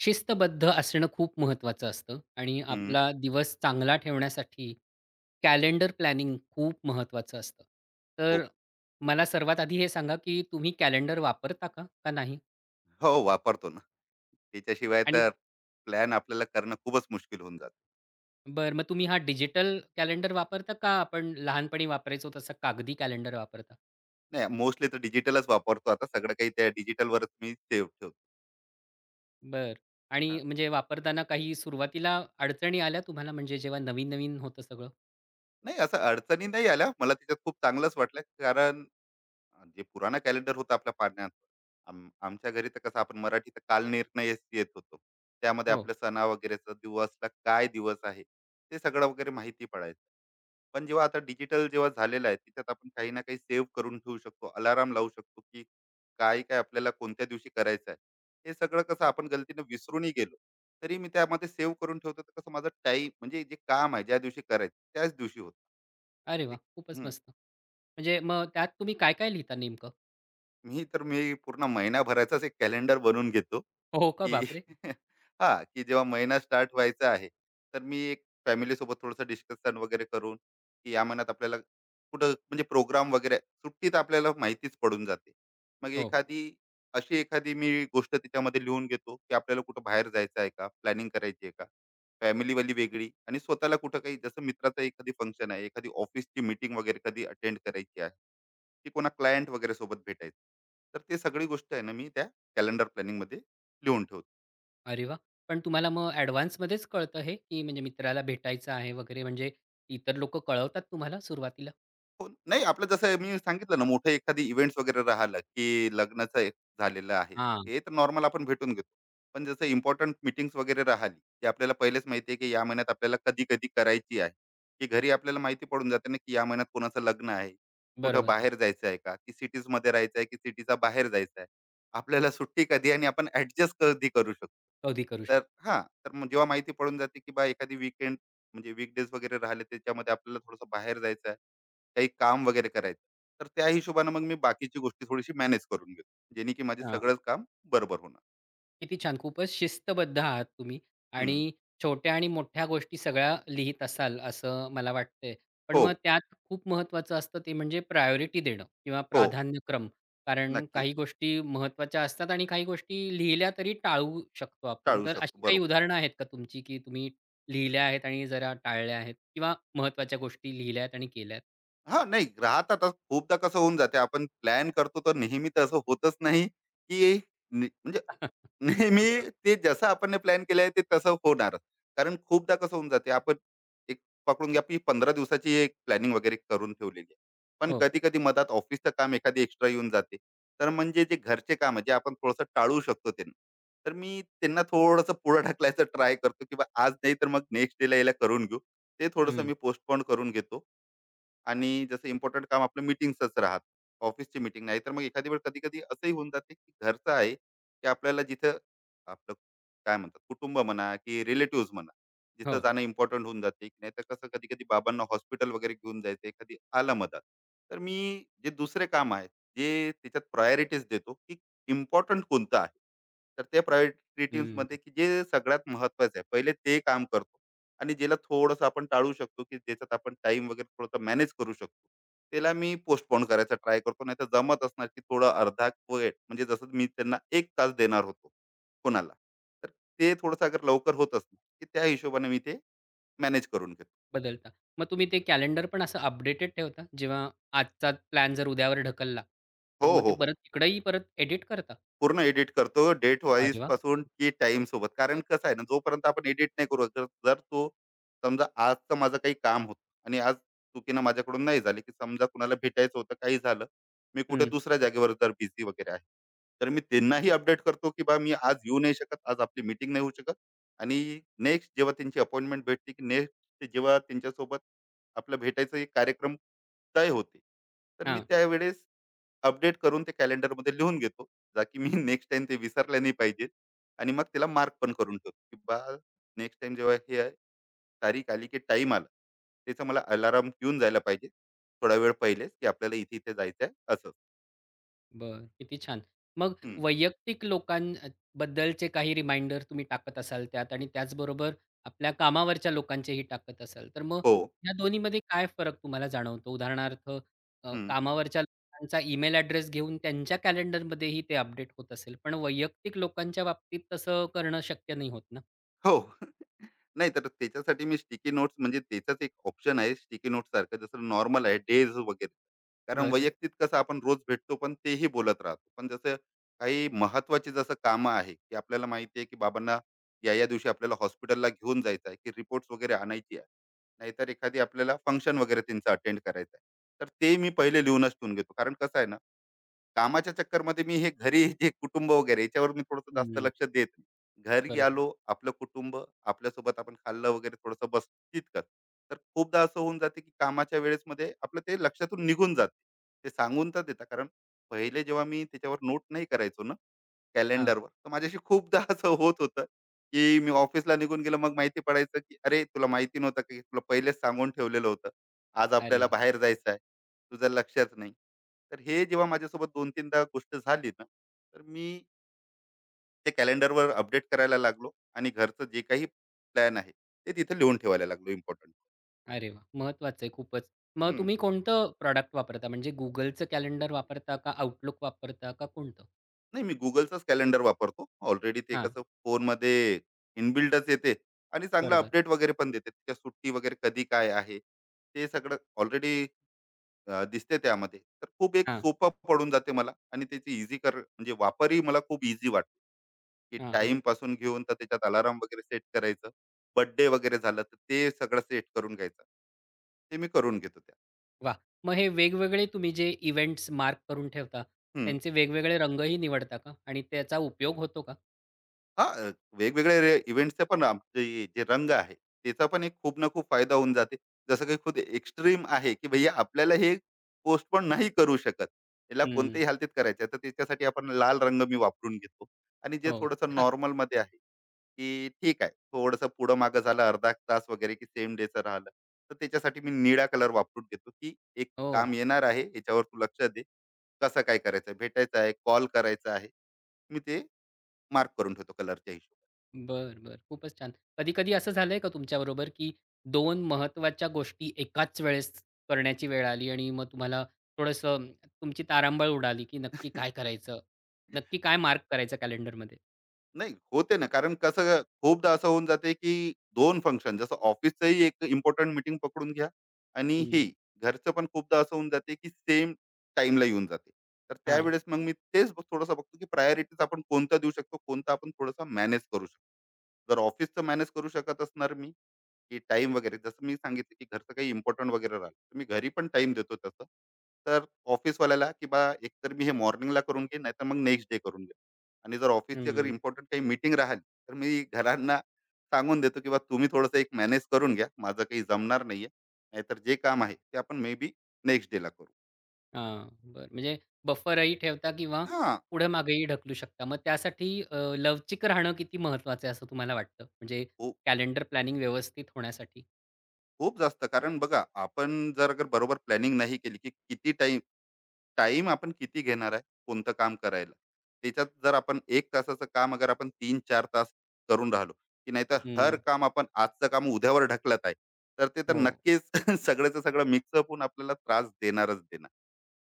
शिस्तबद्ध असणं खूप महत्त्वाचं असतं आणि हं, आपला दिवस चांगला ठेवण्यासाठी कॅलेंडर प्लॅनिंग खूप महत्त्वाचं असतं. तर खूप. मला सर्वात आधी हे सांगा, की तुम्ही कॅलेंडर वापरता का? का नाही? हो, वापरतो ना. त्याच्याशिवाय आणि तर प्लॅन आपल्याला करणं खूपच मुश्किल होऊन जातं. बरं मग तुम्ही हा डिजिटल कॅलेंडर वापरता का आपण लहानपणी वापरायचो तसा कागदी कॅलेंडर वापरता? नाही, मोस्टली तर डिजिटलच वापरतो आता. सगळं काही त्या डिजिटलवरच मी सेव्ह ठेवतो. बरं. आणि हां. म्हणजे वापरताना काही सुरुवातीला अडचणी आल्या तुम्हाला म्हणजे जेव्हा नवीन-नवीन होतं सगळं? नाही, असं अडचणी नाही आल्या. मला त्याच्यात खूप चांगलंच वाटलं, कारण जे पुराणा कॅलेंडर होता आपल्या पाण्यात. आमच्या घरी तर कसं आपण मराठीत कालनिर्णय येत होतो. त्यामध्ये हो. आपल्या सणा वगैरेचा दिवसला काय दिवस आहे, ते सगळं वगैरे माहिती पडायचं. पण जेव्हा आता डिजिटल झालेलं आहे, त्याच्यात आपण काही ना काही सेव्ह करून ठेवू शकतो. अलार्म लावू शकतो, की काय-काय आपल्याला कोणत्या दिवशी करायचं आहे. हे सगळं कसं आपण गलतीनं विसरूनही गेलो, तरी मी त्यामध्ये सेव्ह करून ठेवतो. तर कसं माझा टाईम म्हणजे जे काम आहे, ज्या दिवशी करायचं त्याच दिवशी होतं. अरे वाह! एक खूपच मस्त. म्हणजे मग त्यात तुम्ही काय-काय लिहिता नेमकं? मी तर मी पूर्ण महिनाभराचाच एक कॅलेंडर बनवून घेतो, हो का? की बापरे! हां, की जेव्हा महिना स्टार्ट व्हायचा आहे, तर मी एक फॅमिलीसोबत थोडंसं डिस्कशन वगैरे करून, की या महिन्यात आपल्याला कुठं म्हणजे प्रोग्राम वगैरे सुट्टीत आपल्याला माहितीच पडून जाते. मग हो. एखादी अशी एखादी मी गोष्ट त्याच्यामध्ये लिहून घेतो, की आपल्याला कुठं बाहेर जायचं आहे का? प्लॅनिंग करायची आहे का? फॅमिलीवाली वेगळी आणि स्वतःला कुठं काही जसं मित्राचं एखादी फंक्शन आहे, एखादी ऑफिसची मीटिंग वगैरे कधी अटेंड करायची आहे. की कोणा क्लायंट वगैरे सोबत भेटायचं. तर ते सगळी गोष्ट आहे ना मी त्या कॅलेंडर प्लॅनिंगमध्ये लिहून ठेवतो. अरे वाह! पण तुम्हाला मग ॲडव्हान्समध्येच कळतं हे, की म्हणजे मित्राला भेटायचं आहे वगैरे म्हणजे इतर लोकं कळवतात तुम्हाला सुरुवातीला? हो, नाही आपलं जसं मी सांगितलं ना मोठे एखादी इव्हेंट्स वगैरे राहिलं, की लग्नाचं एक झालेलं आहे. हां. हे तर नॉर्मल आपण भेटून घेतो. पण जसं इम्पोर्टंट मीटिंग्स वगैरे राहिली, की आपल्याला पहिलेच माहिती आहे, की या महिन्यात आपल्याला कधी-कधी करायची आहे. की घरी आपल्याला माहिती पडून जाते ना, की या महिन्यात कोणाचं लग्न आहे, कुठं बरोबर. बाहेर जायचं आहे का, की सिटीजमध्ये राहायचं आहे, की सिटीच्या बाहेर जायचं आहे. आपल्याला सुट्टी कधी आणि आपण ॲडजस्ट कधी करू शकतो. कधी करू तर शकतो. हां, तर मग जेव्हा माहिती पडून जाते, की बा एखादी वीकेंड म्हणजे वीकडेज वगैरे राहिले त्याच्यामध्ये आपल्याला थोडंसं बाहेर जायचं आहे, काही काम वगैरे करायचं तर त्या हिशोबानं मग मी बाकीची गोष्टी थोडीशी मॅनेज करून घेतो. जेणे की माझे सगळंच काम बरोबर होणार. किती छान. खूपच शिस्तबद्ध आहात तुम्ही आणि हं. छोट्या आणि मोठ्या गोष्टी सगळ्या लिहीत असाल, असं मला वाटतंय. पण हो, मग त्यात खूप महत्त्वाचं असतं ते म्हणजे प्रायोरिटी देणं किंवा हो. प्राधान्यक्रम. कारण नक्कीच. काही गोष्टी महत्त्वाच्या असतात आणि काही गोष्टी लिहिल्या तरी टाळू शकतो आपण. टाळू तर शकतो. अशी काही बरोबर. उदाहरणं आहेत का तुमची, की तुम्ही लिहिल्या आहेत आणि जरा टाळल्या आहेत किंवा महत्त्वाच्या गोष्टी लिहिल्या आहेत आणि केल्या आहेत? हां, नाही राहतातच. खूपदा कसं होऊन जाते आपण प्लॅन करतो तर नेहमी तर असं होतच नाही, की नि म्हणजे नाही, मी बरोबर. ते जसं आपण प्लॅन केलं आहे ते तसं होणारच. कारण खूपदा कसं होऊन जाते आपण एक पकडून घ्या, की 15 दिवसाची एक प्लॅनिंग वगैरे करून ठेवलेली आहे. पण हो. कधी-कधी मधात ऑफिसचं काम एखादी एक्स्ट्रा येऊन जाते. तर म्हणजे जे घरचे काम आहे, जे आपण थोडंसं टाळू शकतो त्यांना. तर मी त्यांना थोडंसं पुढं ढकलायचं ट्राय करतो, की आज नाही तर मग नेक्स्ट डेला याला करून घेऊ. ते थोडंसं हं. मी पोस्टपोन करून घेतो. आणि जसं इम्पॉर्टंट काम आपलं मीटिंग्सच राहत ऑफिसची मीटिंग नाही तर मग एखादी वेळ कधी कधी असंही होऊन जाते की घरचं आहे की आपल्याला जिथं आपलं काय म्हणतात कुटुंब म्हणा की रिलेटिव्ह म्हणा जिथं हो. जाणं इम्पॉर्टंट होऊन जाते. नाही तर कसं कधी कधी बाबांना हॉस्पिटल वगैरे घेऊन जायचं एखादी आलं मदत. तर मी जे दुसरे काम आहे जे त्याच्यात प्रायोरिटीज देतो की इम्पॉर्टंट कोणतं आहे, तर ते प्रायोरिटीज हं. मध्ये की जे सगळ्यात महत्वाचं आहे पहिले ते काम करतो. आणि ज्याला थोडंसं आपण टाळू शकतो, की ज्याच्यात आपण टाइम वगैरे थोडासा मॅनेज करू शकतो, त्याला मी पोस्टपोन करायचा ट्राय करतो. नाहीतर जमत असणार, की थोडं अर्धा वेळ म्हणजे जसं मी त्यांना 1 तास देणार होतो कोणाला. तर ते थोडंसं अगर लवकर होत असणार, की त्या हिशोबाने मी ते मॅनेज करून घेतो. बदलता. मग तुम्ही ते कॅलेंडर पण असं अपडेटेड ठेवता? जेव्हा आजचा प्लॅन जर उद्यावर ढकलला, तर हो, मग ते हो, हो. परत तिकडंही परत एडिट करता? पूर्ण एडिट करतो डेट वाईज अरे वाह! पासून की टाइम सोबत. कारण कसं आहे ना, जोपर्यंत आपण एडिट नाही करू जर जर तो समजा आजचं माझं काही काम होतं आणि आज चुकीनं माझ्याकडून नाही झाली, की समजा कुणाला भेटायचं होतं, काही झालं. मी कुठे हं. दुसऱ्या जागेवर जर बिझी वगैरे आहे. तर मी त्यांनाही अपडेट करतो, की बा मी आज येऊ नाही शकत, आज आपली मीटिंग नाही होऊ शकत आणि नेक्स्ट जेव्हा त्यांची अपॉइंटमेंट भेटते, की नेक्स्ट जेव्हा त्यांच्यासोबत आपलं भेटायचं एक कार्यक्रम तय होते. तर मी हां. त्यावेळेस अपडेट करून ते कॅलेंडरमध्ये लिहून घेतो, जा की मी नेक्स्ट टाइम ते विसरले नाही पाहिजे. आणि मग त्याला मार्क पण करून ठेवतो, की बा नेक्स्ट टाइम जेव्हा हे आहे, तारीख आली, की टाइम आला, त्याचा मला अलाराम येऊन जायला पाहिजे, थोडा वेळ पहिलेच, की आपल्याला इथे-इथे जायचं आहे असं. बरं. किती छान. मग हं. वैयक्तिक लोकांबद्दलचे काही रिमाइंडर तुम्ही टाकत असाल त्यात आणि त्याचबरोबर आपल्या कामावरच्या लोकांचेही टाकत असाल. तर मग हो. या दोन्हीमध्ये काय फरक तुम्हाला जाणवतो? उदाहरणार्थ हं. कामावरच्या लोकांचा ईमेल ॲड्रेस घेऊन त्यांच्या कॅलेंडरमध्येही ते अपडेट होत असेल. पण वैयक्तिक लोकांच्या बाबतीत तसं करणं शक्य नाही होत ना? हो. नाही तर त्याच्यासाठी मी स्टिकी नोट्स म्हणजे त्याचाच एक ऑप्शन आहे स्टिकी नोट्स सारखं जसं नॉर्मल आहे डेज वगैरे. कारण बरं. वैयक्तिक कसं आपण रोज भेटतो पण तेही बोलत राहतो पण जसं काही महत्वाची जसं कामं आहे की आपल्याला माहिती आहे की बाबांना या या दिवशी आपल्याला हॉस्पिटलला घेऊन जायचं आहे की रिपोर्ट्स वगैरे आणायची आहे, नाहीतर एखादी आपल्याला फंक्शन वगैरे त्यांचं अटेंड करायचं आहे, तर ते मी पहिले लिहूनच ठेवून घेतो. कारण कसं आहे ना, कामाच्या चक्करमध्ये मी हे घरी जे कुटुंब वगैरे याच्यावर मी थोडंसं जास्त हं. लक्ष देत नाही. घरी बरोबर. आलो आपलं कुटुंब आपल्यासोबत आपण खाल्लं वगैरे थोडंसं बस तितकंच. तर खूपदा असं होऊन जाते की कामाच्या वेळेस मध्ये आपलं ते लक्षातून निघून जाते. ते सांगून तर देता. कारण पहिले जेव्हा मी त्याच्यावर नोट नाही करायचो ना हां. कॅलेंडरवर, तर माझ्याशी खूपदा असं होत होतं की मी ऑफिसला निघून गेलो मग माहिती पडायचं की "अरे तुला माहिती नव्हतं की तुला पहिलेच सांगून ठेवलेलं होतं. आज अरे! आपल्याला बाहेर जायचं आहे. तुझं लक्षात नाही." तर हे जेव्हा माझ्यासोबत 2-3 दा गोष्ट झाली ना तर मी ते कॅलेंडरवर अपडेट करायला लागलो आणि घरचं जे काही प्लॅन आहे ते तिथे लिहून ठेवायला लागलो इम्पॉर्टंट. अरे वाह! महत्वाचं आहे खूपच. मग हम्म. तुम्ही कोणतं प्रॉडक्ट वापरता? म्हणजे Googleचं कॅलेंडर वापरता का Outlook वापरता का कोणतं? नाही मी गुगलचंच कॅलेंडर वापरतो. ऑलरेडी ते हां. कसं फोनमध्ये इनबिल्डच येते आणि चांगलं बरोबर. अपडेट वगैरे पण देते त्या सुट्टी वगैरे कधी काय आहे ते सगळं ऑलरेडी दिसते त्यामध्ये तर खूप एक हां. सोपं पडून जाते मला आणि त्याची इझी कर म्हणजे वापरही मला खूप इझी वाटतो. की हां, हां. टाइम पासून घेऊन तर त्याच्यात अलार्म वगैरे सेट करायचं. बर्थडे वगैरे झालं तर ते सगळं सेट करून घ्यायचं. ते मी करून घेतो त्या. वाह! मग हे वेगवेगळे तुम्ही जे इव्हेंट्स मार्क करून ठेवता, हं. त्यांचे वेगवेगळे रंगही निवडता का? आणि त्याचा उपयोग होतो का? हां, वेगवेगळ्या रे इव्हेंट्सचे पण आमचे जे रंग आहे, त्याचा पण एक खूप ना खूप फायदा होऊन जाते. जसं काही खूप एक्स्ट्रीम आहे, की भैया आपल्याला हे पोस्टपोन नाही करू शकत. याला हं. कोणत्याही हालतीत करायचं आहे. तर त्याच्यासाठी आपण लाल रंग मी वापरून घेतो. आणि जे हो. थोडंसं नॉर्मलमध्ये आहे की ठीक आहे, थोडंसं पुढं मागं झालं अर्धा तास वगैरे की सेम डेचं राहिलं. तर त्याच्यासाठी मी निळा कलर वापरून घेतो, की एक हो. काम येणार आहे, याच्यावर तू लक्ष दे. कसं काय करायचं आहे, भेटायचं आहे, कॉल करायचा आहे. मी ते मार्क करून ठेवतो कलरच्या हिशोबाने. बरं, बरं. खूपच छान. कधी-कधी असं झालंय का तुमच्याबरोबर, की दोन महत्त्वाच्या गोष्टी एकाच वेळेस करण्याची वेळ आली आणि मग तुम्हाला थोडंसं तुमची तारांबळ उडाली, की नक्की काय करायचं? नक्की काय मार्क करायचं कॅलेंडरमध्ये? नाही होते ना. कारण कसं खूपदा असं होऊन जाते की दोन फंक्शन जसं ऑफिसचंही एक इम्पॉर्टंट मीटिंग पकडून घ्या आणि हे हं. घरचं पण खूपदा असं होऊन जाते की सेम टाइमला येऊन जाते. तर हां. त्यावेळेस मग मी तेच थोडंसं बघतो की प्रायोरिटीज आपण कोणता देऊ शकतो कोणता आपण थोडंसं मॅनेज करू शकतो. जर ऑफिसचं मॅनेज करू शकत असणार मी की टाईम वगैरे जसं मी सांगितलं की घरचं काही इम्पोर्टंट वगैरे राहिलं तर मी घरी पण टाइम देतो तसं. तर ऑफिसवाल्याला की बा एकतर मी हे मॉर्निंगला करून घे नाहीतर मग नेक्स्ट डे करून घे. आणि जर ऑफिसची अगर हं. इम्पॉर्टंट काही मीटिंग राहिली तर मी घरांना सांगून देतो की बा तुम्ही थोडंसं एक मॅनेज करून घ्या माझं काही जमणार नाहीये. नाहीतर जे काम आहे ते आपण मे बी नेक्स्ट डेला करू. हां. बरं. म्हणजे बफरही ठेवता किंवा हां. पुढे-मागेही ढकलू शकता. मग त्यासाठी लवचिक राहणं किती महत्त्वाचं आहे असं तुम्हाला वाटतं? म्हणजे खूप. कॅलेंडर प्लॅनिंग व्यवस्थित होण्यासाठी? खूप जास्त. कारण बघा आपण जर अगर बरोबर प्लॅनिंग नाही केली की किती टाइम टाइम आपण किती घेणार आहे कोणतं काम करायला. त्याच्यात जर आपण 1 तासाचं काम अगर आपण 3-4 तास करून राहिलो की नाहीतर हर हं. काम आपण आजचं काम उद्यावर ढकलत आहे, तर ते तर हो. नक्कीच सगळ्याचं सगळं मिक्सअप होऊन आपल्याला त्रास देणारच देणार.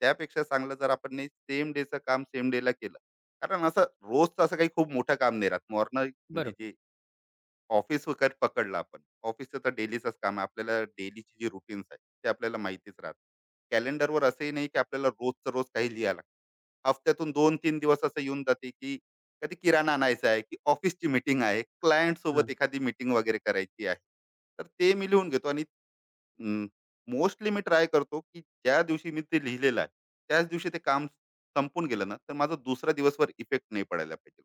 त्यापेक्षा चांगलं जर आपण सेम डेचं काम सेम डेला केलं. कारण असं रोजचं असं काही खूप मोठं काम नाही राहत. मॉर्नर म्हणजे बरोबर. जे ऑफिस वगैरे पकडलं आपण ऑफिसचं तर डेलीचंच काम आहे. आपल्याला डेलीची जी रुटीन्स आहे ते आपल्याला माहितीच राहत. कॅलेंडरवर असंही नाही की आपल्याला रोजचं रोज काही लिहायला लागतं. हफ्त्यातून 2-3 दिवस असं येऊन जाते, की कधी किराणा आणायचा आहे, की ऑफिसची मीटिंग आहे, क्लायंट सोबत हां. एखादी मीटिंग वगैरे करायची आहे. तर ते मी लिहून घेतो आणि अं, मोस्टली मी ट्राय करतो, की ज्या दिवशी मी ते लिहिलेलं आहे, त्याच दिवशी ते काम संपून गेलं ना, तर माझा दुसऱ्या दिवसभर इफेक्ट नाही पडायला पाहिजे.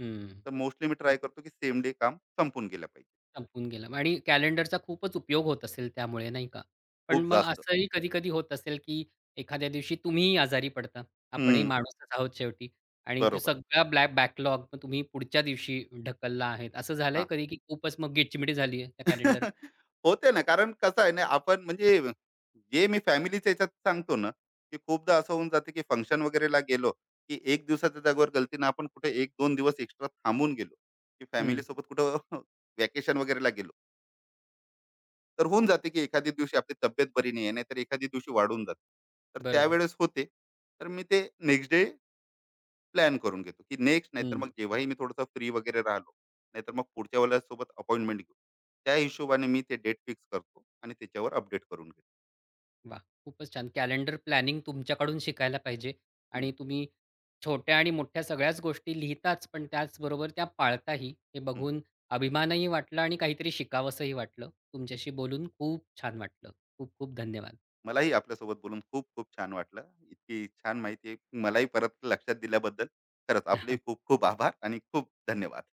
हं. तर मोस्टली मी ट्राय करतो, की सेम डे काम संपून गेलं पाहिजे. संपून गेला आणि कॅलेंडरचा खूपच उपयोग होत असेल त्यामुळे, नाही का? पण खूप मग जास्त. असंही कधी-कधी होत असेल, की एखाद्या दिवशी तुम्हीही आजारी पडता. आपणही हं, माणूसच आहोत शेवटी आणि ते बरोबर. सगळा ब्लॅक बॅकलॉग मग तुम्ही पुढच्या दिवशी ढकलला आहे. असं झालंय कधी, की खूपच मग गिचमिडी झाली आहे त्या कॅलेंडरमध्ये? होते ना, कारण कसं आहे ना, आपण म्हणजे जे मी फॅमिलीच्या ह्याच्यात सांगतो ना, की खूपदा असं होऊन जाते, की फंक्शन वगैरेला गेलो, की 1 दिवसाच्या जागेवर गलतीनं आपण कुठे 1-2 दिवस एक्स्ट्रा थांबून गेलो, की हं, फॅमिलीसोबत कुठं व्हॅकेशन वगैरेला गेलो. तर होऊन जाते, की एखाद्या दिवशी आपली तब्येत बरी नाही आहे, नाहीतर एखाद्या दिवशी वाढून जाते. तर बरोबर. त्यावेळेस होते. तर मी ते नेक्स्ट डे प्लॅन करून घेतो की नेक्स्ट नाहीतर हं. मग जेव्हाही मी थोडंसं फ्री वगैरे राहिलो, नाहीतर मग पुढच्या वेळेला सोबत अपॉइंटमेंट घेऊ. त्या हिशोबाने मी ते डेट फिक्स करतो आणि त्याच्यावर अपडेट करून घेतो. वाह! खूपच छान. कॅलेंडर प्लॅनिंग तुमच्याकडून शिकायला पाहिजे आणि हम्म, तुम्ही छोट्या आणि मोठ्या सगळ्याच गोष्टी लिहिताच, पण त्याचबरोबर त्या पाळताही. हे हम्म. बघून अभिमानही वाटला आणि काहीतरी शिकावसंही वाटलं. तुमच्याशी बोलून खूप छान वाटलं. खूप खूप धन्यवाद. मलाही आपल्यासोबत बोलून खूप खूप छान वाटलं. इतकी छान माहिती मलाही परत लक्षात दिल्याबद्दल खरंच आपले खूप खूप आभार आणि खूप धन्यवाद.